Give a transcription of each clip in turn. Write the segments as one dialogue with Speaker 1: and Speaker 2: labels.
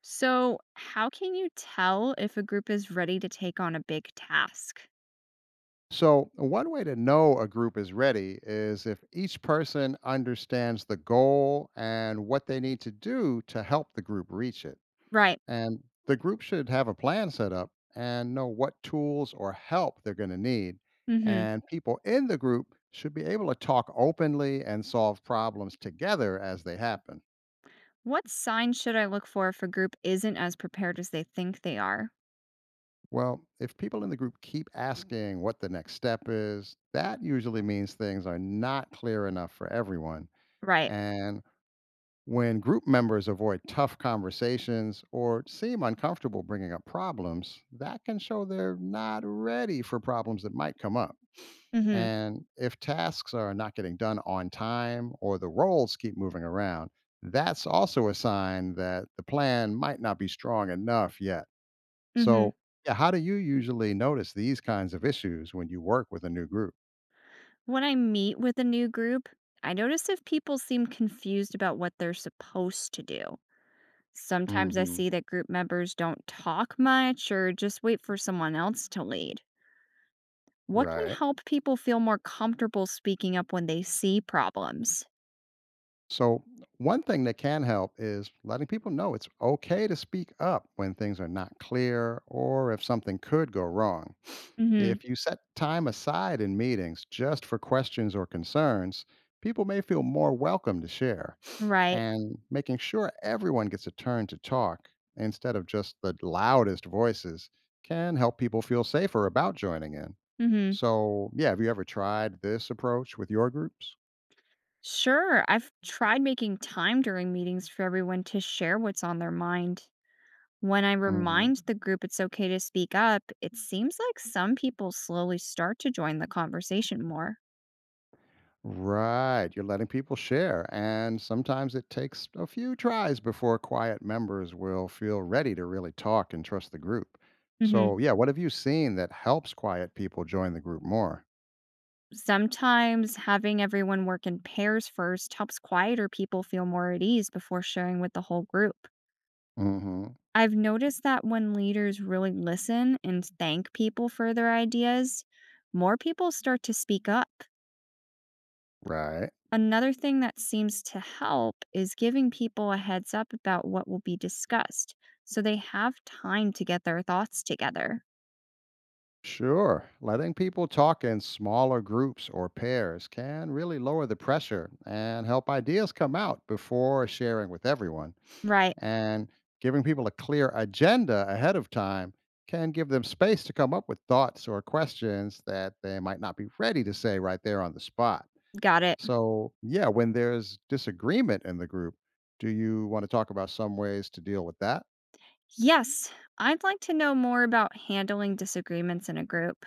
Speaker 1: So, how can you tell if a group is ready to take on a big task?
Speaker 2: So, one way to know a group is ready is if each person understands the goal and what they need to do to help the group reach it.
Speaker 1: Right.
Speaker 2: And the group should have a plan set up and know what tools or help they're going to need.
Speaker 1: Mhm.
Speaker 2: And people in the group should be able to talk openly and solve problems together as they happen.
Speaker 1: What signs should I look for if a group isn't as prepared as they think they are?
Speaker 2: Well, if people in the group keep asking what the next step is, that usually means things are not clear enough for everyone.
Speaker 1: Right.
Speaker 2: And when group members avoid tough conversations or seem uncomfortable bringing up problems, that can show they're not ready for problems that might come up.
Speaker 1: Mhm.
Speaker 2: And if tasks are not getting done on time or the roles keep moving around, that's also a sign that the plan might not be strong enough yet.
Speaker 1: Mhm.
Speaker 2: So, yeah, how do you usually notice these kinds of issues when you work with a new group?
Speaker 1: When I meet with a new group, I notice if people seem confused about what they're supposed to do. Sometimes I
Speaker 2: Hmm.
Speaker 1: see that group members don't talk much or just wait for someone else to lead. What can
Speaker 2: Right.
Speaker 1: help people feel more comfortable speaking up when they see problems?
Speaker 2: So, one thing that can help is letting people know it's okay to speak up when things are not clear or if something could go wrong.
Speaker 1: Mhm.
Speaker 2: If you set time aside in meetings just for questions or concerns, people may feel more welcome to share.
Speaker 1: Right.
Speaker 2: And making sure everyone gets a turn to talk instead of just the loudest voices can help people feel safer about joining in.
Speaker 1: Mhm.
Speaker 2: So, yeah, have you ever tried this approach with your groups?
Speaker 1: Sure. I've tried making time during meetings for everyone to share what's on their mind. When I
Speaker 2: Mhm.
Speaker 1: remind the group it's okay to speak up, it seems like some people slowly start to join the conversation more.
Speaker 2: Right. You're letting people share. And sometimes it takes a few tries before quiet members will feel ready to really talk and trust the group.
Speaker 1: Mhm.
Speaker 2: So, yeah, what have you seen that helps quiet people join the group more?
Speaker 1: Sometimes having everyone work in pairs first helps quieter people feel more at ease before sharing with the whole group.
Speaker 2: Hmm.
Speaker 1: I've noticed that when leaders really listen and thank people for their ideas, more people start to speak up.
Speaker 2: Right.
Speaker 1: Another thing that seems to help is giving people a heads up about what will be discussed so they have time to get their thoughts together.
Speaker 2: Sure. Letting people talk in smaller groups or pairs can really lower the pressure and help ideas come out before sharing with everyone.
Speaker 1: Right,
Speaker 2: And giving people a clear agenda ahead of time can give them space to come up with thoughts or questions that they might not be ready to say right there on the spot.
Speaker 1: got it.
Speaker 2: So, yeah, when there's disagreement in the group, do you want to talk about some ways to deal with that?
Speaker 1: Yes, I'd like to know more about handling disagreements in a group.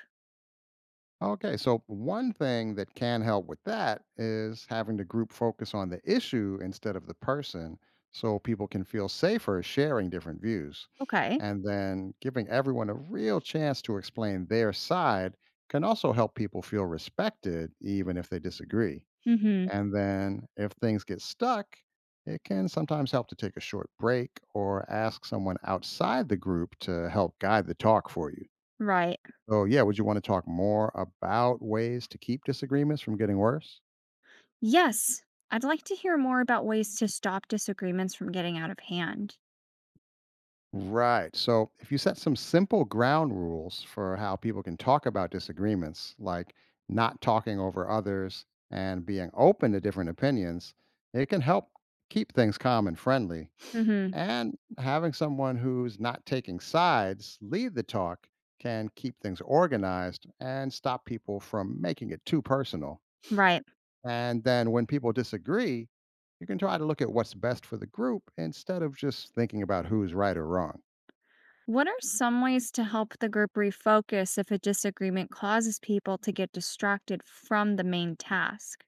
Speaker 2: Okay, so one thing that can help with that is having the group focus on the issue instead of the person, so people can feel safer sharing different views.
Speaker 1: Okay.
Speaker 2: And then giving everyone a real chance to explain their side can also help people feel respected, even if they disagree.
Speaker 1: Mhm.
Speaker 2: And then if things get stuck, it can sometimes help to take a short break or ask someone outside the group to help guide the talk for you.
Speaker 1: Right.
Speaker 2: So, yeah, would you want to talk more about ways to keep disagreements from getting worse?
Speaker 1: Yes, I'd like to hear more about ways to stop disagreements from getting out of hand.
Speaker 2: Right. So, if you set some simple ground rules for how people can talk about disagreements, like not talking over others and being open to different opinions, it can help keep things calm and friendly.
Speaker 1: Mhm.
Speaker 2: And having someone who's not taking sides lead the talk can keep things organized and stop people from making it too personal.
Speaker 1: Right.
Speaker 2: And then when people disagree, you can try to look at what's best for the group instead of just thinking about who's right or wrong.
Speaker 1: What are some ways to help the group refocus if a disagreement causes people to get distracted from the main task?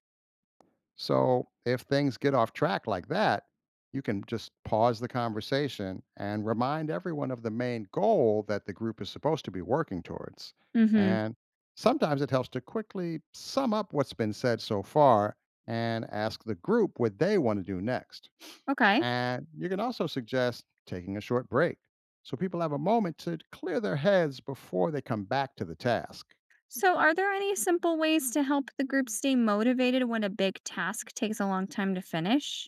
Speaker 2: So if things get off track like that, you can just pause the conversation and remind everyone of the main goal that the group is supposed to be working towards.
Speaker 1: Mhm.
Speaker 2: And sometimes it helps to quickly sum up what's been said so far and ask the group what they want to do next.
Speaker 1: Okay.
Speaker 2: And you can also suggest taking a short break so people have a moment to clear their heads before they come back to the task.
Speaker 1: So are there any simple ways to help the group stay motivated when a big task takes a long time to finish?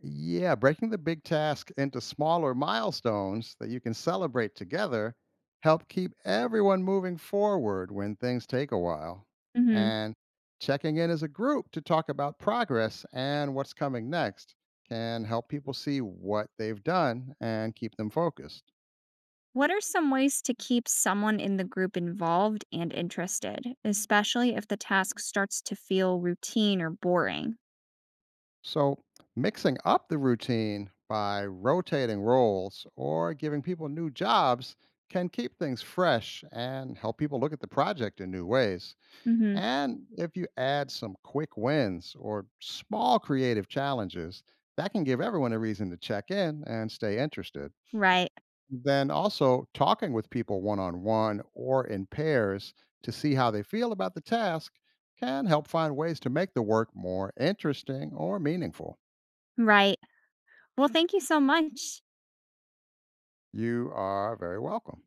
Speaker 2: Yeah, breaking the big task into smaller milestones that you can celebrate together help keep everyone moving forward when things take a while.
Speaker 1: Mhm.
Speaker 2: And checking in as a group to talk about progress and what's coming next can help people see what they've done and keep them focused.
Speaker 1: What are some ways to keep someone in the group involved and interested, especially if the task starts to feel routine or boring?
Speaker 2: So, mixing up the routine by rotating roles or giving people new jobs can keep things fresh and help people look at the project in new ways.
Speaker 1: Mhm.
Speaker 2: And if you add some quick wins or small creative challenges, that can give everyone a reason to check in and stay interested.
Speaker 1: Right.
Speaker 2: Then also talking with people one on one or in pairs to see how they feel about the task can help find ways to make the work more interesting or meaningful.
Speaker 1: Right. Well, thank you so much.
Speaker 2: You are very welcome.